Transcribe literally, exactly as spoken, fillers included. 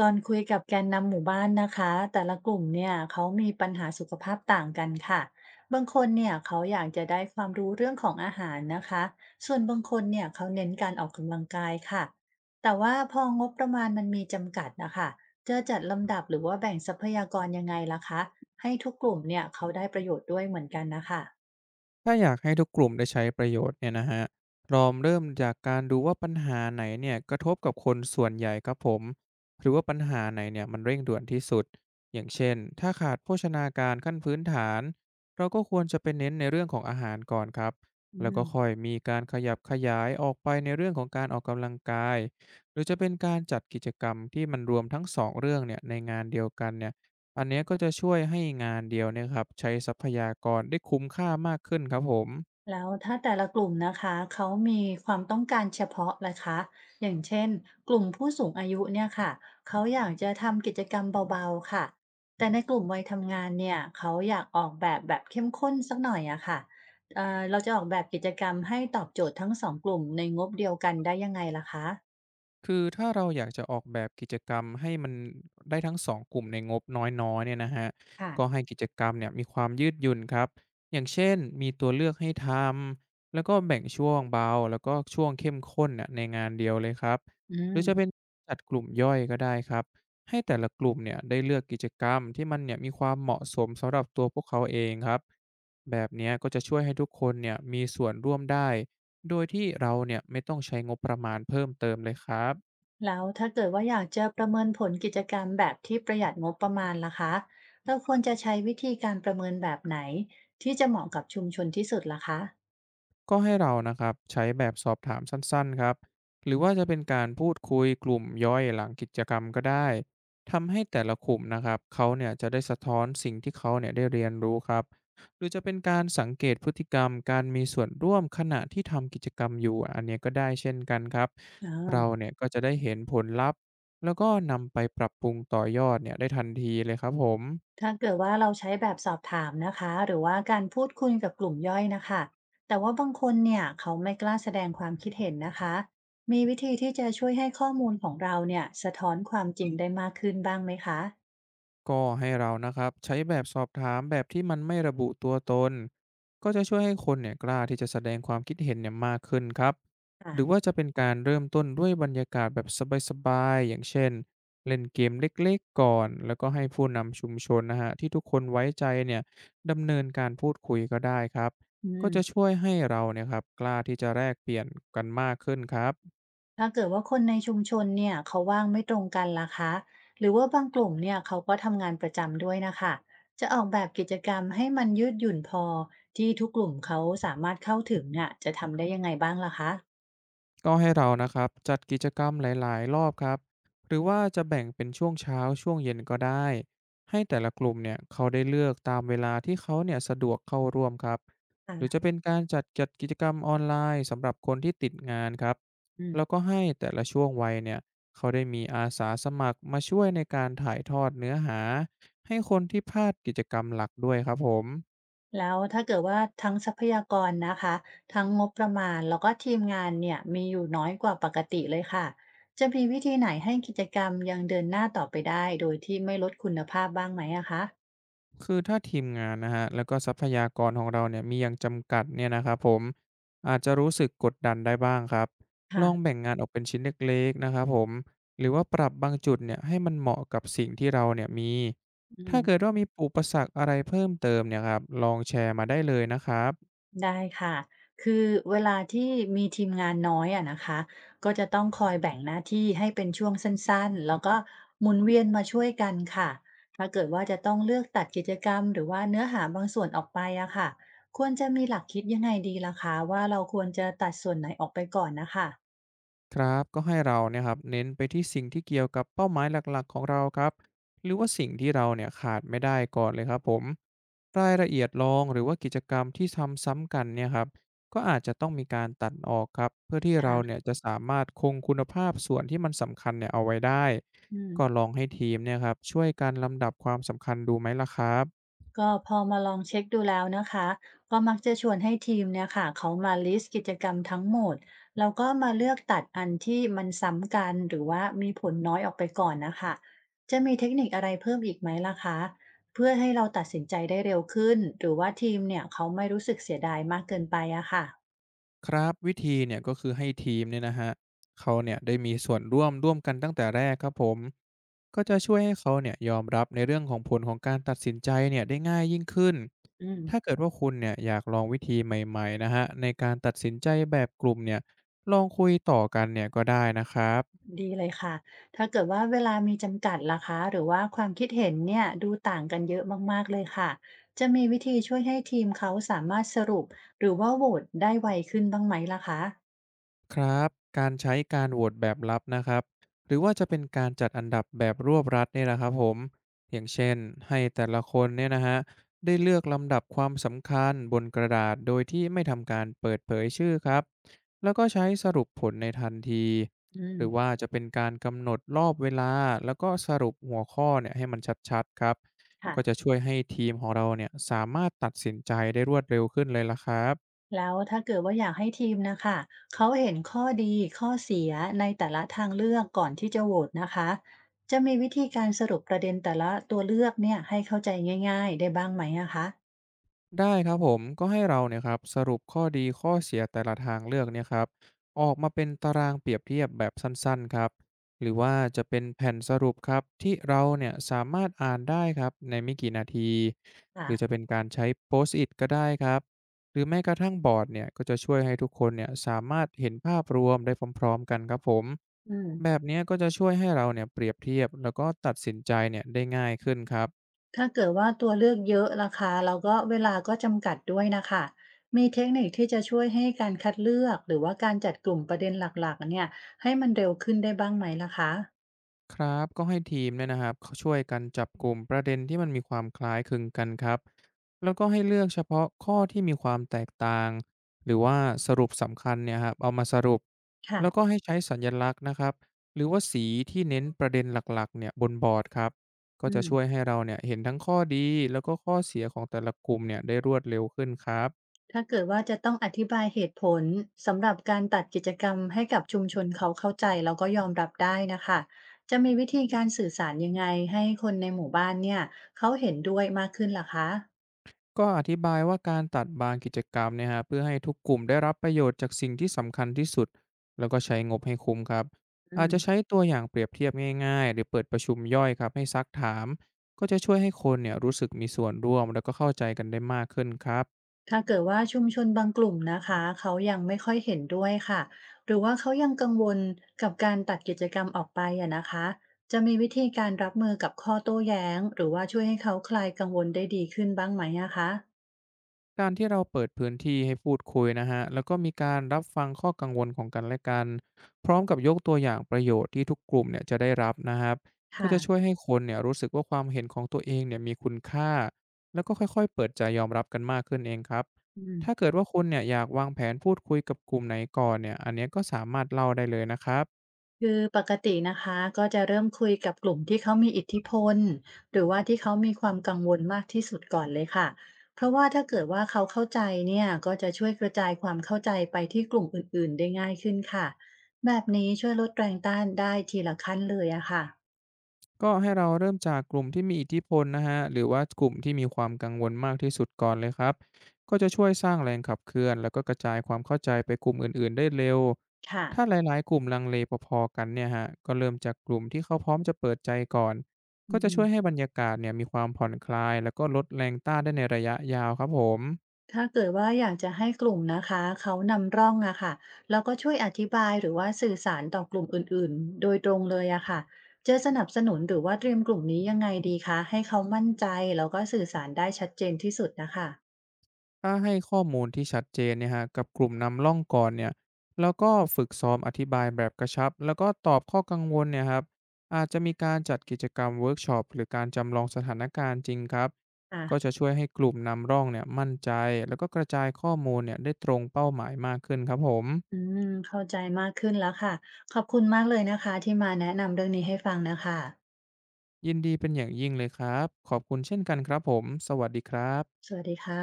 ตอนคุยกับแกนนำหมู่บ้านนะคะแต่ละกลุ่มเนี่ยเขามีปัญหาสุขภาพต่างกันค่ะบางคนเนี่ยเขาอยากจะได้ความรู้เรื่องของอาหารนะคะส่วนบางคนเนี่ยเขาเน้นการออกกำลังกายค่ะแต่ว่าพองบประมาณมันมีจำกัดนะคะจะจัดลำดับหรือว่าแบ่งทรัพยากรยังไงล่ะคะให้ทุกกลุ่มเนี่ยเขาได้ประโยชน์ด้วยเหมือนกันนะคะถ้าอยากให้ทุกกลุ่มได้ใช้ประโยชน์เนี่ยนะฮะลองเริ่มจากการดูว่าปัญหาไหนเนี่ยกระทบกับคนส่วนใหญ่ครับผมหรือว่าปัญหาไหนเนี่ยมันเร่งด่วนที่สุด อย่างเช่นถ้าขาดโภชนาการขั้นพื้นฐานเราก็ควรจะไปเน้นในเรื่องของอาหารก่อนครับอืแล้วก็ม ค่อยมีการขยับขยายออกไปในเรื่องของการออกกำลังกายหรือจะเป็นการจัดกิจกรรมที่มันรวมทั้งสองเรื่องเนี่ยในงานเดียวกันเนี่ย อันเนี้ยก็จะช่วยให้งานเดียวเนี่ยครับใช้ทรัพยากรได้คุ้มค่ามากขึ้นครับผม แล้วถ้าแต่ละกลุ่มนะคะเขามีความต้องการเฉพาะนะคะอย่างเช่นกลุ่มผู้สูงอายุเนี่ยค่ะเขาอยากจะทำกิจกรรมเบาๆค่ะแต่ในกลุ่มวัยทำงานเนี่ยเขาอยากออกแบบแบบเข้มข้นสักหน่อยอะค่ะเอ่อเราจะออกแบบกิจกรรมให้ตอบโจทย์ทั้งสองกลุ่มในงบเดียวกันได้ยังไงล่ะคะคือถ้าเราอยากจะออกแบบกิจกรรมให้มันได้ทั้งสองกลุ่มในงบน้อยๆเนี่ยนะครับค่ะก็ให้กิจกรรมเนี่ยมีความยืดหยุ่นครับอย่างเช่นมีตัวเลือกให้ทำแล้วก็แบ่งช่วงเบาแล้วก็ช่วงเข้มข้นน่ะในงานเดียวเลยครับอืหรือม จะเป็นจัดกลุ่มย่อยก็ได้ครับให้แต่ละกลุ่มเนี่ยได้เลือกกิจกรรมที่มันเนี่ยมีความเหมาะสมสำหรับตัวพวกเขาเองครับแบบเนี้ยก็จะช่วยให้ทุกคนเนี่ยมีส่วนร่วมได้โดยที่เราเนี่ยไม่ต้องใช้งบประมาณเพิ่มเติมเลยครับ แล้วถ้าเกิดว่าอยากจะประเมินผลกิจกรรมแบบที่ประหยัดงบประมาณล่ะคะ เราควรจะใช้วิธีการประเมินแบบไหนที่จะเหมาะกับชุมชนที่สุดล่ะคะก็ให้เรานะครับใช้แบบสอบถามสั้นๆครับหรือว่าจะเป็นการพูดคุยกลุ่มย่อยหลังกิจกรรมก็ได้ทำให้แต่ละกลุ่มนะครับเขาเนี่ยจะได้สะท้อนสิ่งที่เขาเนี่ยได้เรียนรู้ครับหรือจะเป็นการสังเกตพฤติกรรมการมีส่วนร่วมขณะที่ทำกิจกรรมอยู่อันเนี้ยก็ได้เช่นกันครับอ่เราาเนี่ยก็จะได้เห็นผลลัพธ์แล้วก็นำไปปรับปรุงต่อยอดเนี่ยได้ทันทีเลยครับผม ถ้าเกิดว่าเราใช้แบบสอบถามนะคะหรือว่าการพูดคุยกับกลุ่มย่อยนะคะแต่ว่าบางคนเนี่ยเขาไม่กล้าแสดงความคิดเห็นนะคะมีวิธีที่จะช่วยให้ข้อมูลของเราเนี่ยสะท้อนความจริงได้มากขึ้นบ้างไหมคะก็ให้เรานะครับใช้แบบสอบถามแบบที่มันไม่ระบุตัวตนก็จะช่วยให้คนเนี่ยกล้าที่จะแสดงความคิดเห็นเนี่ยมากขึ้นครับหรือว่าอ่ะจะเป็นการเริ่มต้นด้วยบรรยากาศแบบสบายๆอย่างเช่นเล่นเกมเล็กๆก่อนแล้วก็ให้ผู้นำชุมชนนะฮะที่ทุกคนไว้ใจเนี่ยดำเนินการพูดคุยก็ได้ครับอืก็จะม ช่วยให้เราเนี่ยครับกล้าที่จะแลกเปลี่ยนกันมากขึ้นครับ ถ้าเกิดว่าคนในชุมชนเนี่ยเขาว่างไม่ตรงกันล่ะคะหรือว่าบางกลุ่มเนี่ยเขาก็ทำงานประจำด้วยนะคะจะออกแบบกิจกรรมให้มันยืดหยุ่นพอที่ทุกกลุ่มเขาสามารถเข้าถึงอ่ะจะทำได้ยังไงบ้างล่ะคะก็ให้เรานะครับจัดกิจกรรมหลายๆรอบครับหรือว่าจะแบ่งเป็นช่วงเช้าช่วงเย็นก็ได้ให้แต่ละกลุ่มเนี่ยเขาได้เลือกตามเวลาที่เขาเนี่ยสะดวกเข้าร่วมครับค่ะหรือจะเป็นการจัดจัดกิจกรรมออนไลน์สำหรับคนที่ติดงานครับอืมแล้วก็ให้แต่ละช่วงวัยเนี่ยเขาได้มีอาสาสมัครมาช่วยในการถ่ายทอดเนื้อหาให้คนที่พลาดกิจกรรมหลักด้วยครับผม แล้วถ้าเกิดว่าทั้งทรัพยากรนะคะทั้งงบประมาณแล้วก็ทีมงานเนี่ยมีอยู่น้อยกว่าปกติเลยค่ะจะมีวิธีไหนให้กิจกรรมยังเดินหน้าต่อไปได้โดยที่ไม่ลดคุณภาพบ้างไหมอะคะคือถ้าทีมงานนะฮะแล้วก็ทรัพยากรของเราเนี่ยมีอย่างจำกัดเนี่ยนะครับผมอาจจะรู้สึกกดดันได้บ้างครับลองค่ะแบ่งงานออกเป็นชิ้นเล็กๆนะครับผมหรือว่าปรับบางจุดเนี่ยให้มันเหมาะกับสิ่งที่เราเนี่ยมีอืถ้าม เกิดว่ามีอุปสรรคอะไรเพิ่มเติมเนี่ยครับลองแชร์มาได้เลยนะครับ ได้ค่ะ คือเวลาที่มีทีมงานน้อยอะนะคะก็จะต้องคอยแบ่งหน้าที่ให้เป็นช่วงสั้นๆ แล้วก็หมุนเวียนมาช่วยกันค่ะถ้าเกิดว่าจะต้องเลือกตัดกิจกรรมหรือว่าเนื้อหาบางส่วนออกไปอะค่ะควรจะมีหลักคิดยังไงดีล่ะคะว่าเราควรจะตัดส่วนไหนออกไปก่อนนะคะครับก็ให้เราเนี่ยครับเน้นไปที่สิ่งที่เกี่ยวกับเป้าหมายหลักๆของเราครับหรือว่าสิ่งที่เราเนี่ยขาดไม่ได้ก่อนเลยครับผมรายละเอียดรองหรือว่ากิจกรรมที่ทำซ้ำกันเนี่ยครับก็อาจจะต้องมีการตัดออกครับเพื่อที่เราเนี่ยค่ะจะสามารถคงคุณภาพส่วนที่มันสำคัญเนี่ยเอาไว้ได้อืม ก็ลองให้ทีมเนี่ยครับช่วยการลำดับความสำคัญดูไหมล่ะครับ ก็พอมาลองเช็คดูแล้วนะคะก็มักจะชวนให้ทีมเนี่ยค่ะเขามาลิสต์กิจกรรมทั้งหมดแล้วก็มาเลือกตัดอันที่มันซ้ำกันหรือว่ามีผลน้อยออกไปก่อนนะคะจะมีเทคนิคอะไรเพิ่มอีกไหมล่ะคะเพื่อให้เราตัดสินใจได้เร็วขึ้นหรือว่าทีมเนี่ยเขาไม่รู้สึกเสียดายมากเกินไปอะค่ะครับวิธีเนี่ยก็คือให้ทีมเนี่ยนะฮะเขาเนี่ยได้มีส่วนร่วมร่วมกันตั้งแต่แรกครับผมก็จะช่วยให้เขาเนี่ยยอมรับในเรื่องของผลของการตัดสินใจเนี่ยได้ง่ายยิ่งขึ้นอืม ถ้าเกิดว่าคุณเนี่ยอยากลองวิธีใหม่ๆนะฮะในการตัดสินใจแบบกลุ่มเนี่ยลองคุยต่อกันเนี่ยก็ได้นะครับ ดีเลยค่ะถ้าเกิดว่าเวลามีจำกัดล่ะคะหรือว่าความคิดเห็นเนี่ยดูต่างกันเยอะมากๆเลยค่ะ จะมีวิธีช่วยให้ทีมเขาสามารถสรุปหรือว่าโหวตได้ไวขึ้นบ้างไหมล่ะคะครับการใช้การโหวตแบบลับนะครับหรือว่าจะเป็นการจัดอันดับแบบรวบรัดเนี่ยแหละครับผมอย่างเช่นให้แต่ละคนเนี่ยนะฮะได้เลือกลำดับความสำคัญบนกระดาษโดยที่ไม่ทำการเปิดเผยชื่อครับแล้วก็ใช้สรุปผลในทันทีอืหมรือว่าจะเป็นการกำหนดรอบเวลาแล้วก็สรุปหัวข้อเนี่ยให้มันชัดๆครับค่ะก็จะช่วยให้ทีมของเราเนี่ยสามารถตัดสินใจได้รวดเร็วขึ้นเลยละครับ แล้วถ้าเกิดว่าอยากให้ทีมนะคะเขาเห็นข้อดีข้อเสียในแต่ละทางเลือกก่อนที่จะโหวตนะคะ จะมีวิธีการสรุปประเด็นแต่ละตัวเลือกเนี่ยให้เข้าใจง่ายๆได้บ้างไหมนะคะได้ครับผมก็ให้เราเนี่ยครับสรุปข้อดีข้อเสียแต่ละทางเลือกเนี่ยครับออกมาเป็นตารางเปรียบเทียบแบบสั้นๆครับหรือว่าจะเป็นแผ่นสรุปครับที่เราเนี่ยสามารถอ่านได้ครับในไม่กี่นาทีหรือจะค่ะเป็นการใช้โพสต์อิทก็ได้ครับหรือแม้กระทั่งบอร์ดเนี่ยก็จะช่วยให้ทุกคนเนี่ยสามารถเห็นภาพรวมได้พร้อมๆกันครับผมอืม แบบเนี้ยก็จะช่วยให้เราเนี่ยเปรียบเทียบแล้วก็ตัดสินใจเนี่ยได้ง่ายขึ้นครับ ถ้าเกิดว่าตัวเลือกเยอะล่ะคะแล้วก็เวลาก็จำกัดด้วยนะคะมีเทคนิคที่จะช่วยให้การคัดเลือกหรือว่าการจัดกลุ่มประเด็นหลักๆเนี่ยให้มันเร็วขึ้นได้บ้างไหมล่ะคะครับก็ให้ทีมเนี่ยนะครับเขาช่วยกันจับกลุ่มประเด็นที่มันมีความคล้ายคลึงกันครับแล้วก็ให้เลือกเฉพาะข้อที่มีความแตกต่างหรือว่าสรุปสำคัญเนี่ยครับเอามาสรุปแล้วก็ค่ะให้ใช้สัญลักษณ์นะครับหรือว่าสีที่เน้นประเด็นหลักๆเนี่ยบนบอร์ดครับก็อืจะช่วยมให้เราเนี่ยเห็นทั้งข้อดีแล้วก็ข้อเสียของแต่ละกลุ่มเนี่ยได้รวดเร็วขึ้นครับ ถ้าเกิดว่าจะต้องอธิบายเหตุผลสำหรับการตัดกิจกรรมให้กับชุมชนเขาเข้าใจแล้วก็ยอมรับได้นะคะจะมีวิธีการสื่อสารยังไงให้คนในหมู่บ้านเนี่ยเขาเห็นด้วยมากขึ้นล่ะคะก็อธิบายว่าการตัดบางกิจกรรมเนี่ยครับเพื่อให้ทุกกลุ่มได้รับประโยชน์จากสิ่งที่สำคัญที่สุดแล้วก็ใช้งบให้คุ้มครับอือาจม จะใช้ตัวอย่างเปรียบเทียบง่ายๆหรือเปิดประชุมย่อยครับให้ซักถามก็จะช่วยให้คนเนี่ยรู้สึกมีส่วนร่วมแล้วก็เข้าใจกันได้มากขึ้นครับ ถ้าเกิดว่าชุมชนบางกลุ่มนะคะเขายังไม่ค่อยเห็นด้วยค่ะหรือว่าเขายังกังวลกับการตัดกิจกรรมออกไปอะนะคะจะมีวิธีการรับมือกับข้อโต้แย้งหรือว่าช่วยให้เขาคลายกังวลได้ดีขึ้นบ้างไหมอะคะการที่เราเปิดพื้นที่ให้พูดคุยนะฮะแล้วก็มีการรับฟังข้อกังวลของกันและกันพร้อมกับยกตัวอย่างประโยชน์ที่ทุกกลุ่มเนี่ยจะได้รับนะครับก็จะช่วยค่ะให้คนเนี่ยรู้สึกว่าความเห็นของตัวเองเนี่ยมีคุณค่าแล้วก็ค่อยๆเปิดใจยอมรับกันมากขึ้นเองครับอืม ถ้าเกิดว่าคุณเนี่ยอยากวางแผนพูดคุยกับกลุ่มไหนก่อนเนี่ยอันเนี้ยก็สามารถเล่าได้เลยนะครับ คือปกตินะคะก็จะเริ่มคุยกับกลุ่มที่เขามีอิทธิพลหรือว่าที่เขามีความกังวลมากที่สุดก่อนเลยค่ะเพราะว่าถ้าเกิดว่าเขาเข้าใจเนี่ยก็จะช่วยกระจายความเข้าใจไปที่กลุ่มอื่นๆได้ง่ายขึ้นค่ะแบบนี้ช่วยลดแรงต้านได้ทีละขั้นเลยอะค่ะก็ให้เราเริ่มจากกลุ่มที่มีอิทธิพลนะฮะหรือว่ากลุ่มที่มีความกังวลมากที่สุดก่อนเลยครับก็จะช่วยสร้างแรงขับเคลื่อนแล้วก็กระจายความเข้าใจไปกลุ่มอื่นๆได้เร็วค่ะถ้าหลายๆกลุ่มลังเลพอๆกันเนี่ยฮะก็เริ่มจากกลุ่มที่เขาพร้อมจะเปิดใจก่อนอืก็จะช่วยให้ม บรรยากาศเนี่ยมีความผ่อนคลายแล้วก็ลดแรงต้านได้ในระยะยาวครับผม ถ้าเกิดว่าอยากจะให้กลุ่มนะคะเขานำร่องอะค่ะแล้วก็ช่วยอธิบายหรือว่าสื่อสารต่อกลุ่มอื่นๆโดยตรงเลยอะค่ะจะสนับสนุนหรือว่าเตรียมกลุ่มนี้ยังไงดีคะให้เขามั่นใจแล้วก็สื่อสารได้ชัดเจนที่สุดนะคะถ้าให้ข้อมูลที่ชัดเจนเนี่ยฮะกับกลุ่มนำร่องก่อนเนี่ยแล้วก็ฝึกซ้อมอธิบายแบบกระชับแล้วก็ตอบข้อกังวลเนี่ยครับอาจจะมีการจัดกิจกรรมเวิร์กช็อปหรือการจำลองสถานการณ์จริงครับค่ะก็จะช่วยให้กลุ่มนำร่องเนี่ยมั่นใจแล้วก็กระจายข้อมูลเนี่ยได้ตรงเป้าหมายมากขึ้นครับผมอืมเข้าใจมากขึ้นแล้วค่ะขอบคุณมากเลยนะคะที่มาแนะนำเรื่องนี้ให้ฟังนะคะยินดีเป็นอย่างยิ่งเลยครับขอบคุณเช่นกันครับผมสวัสดีครับสวัสดีค่ะ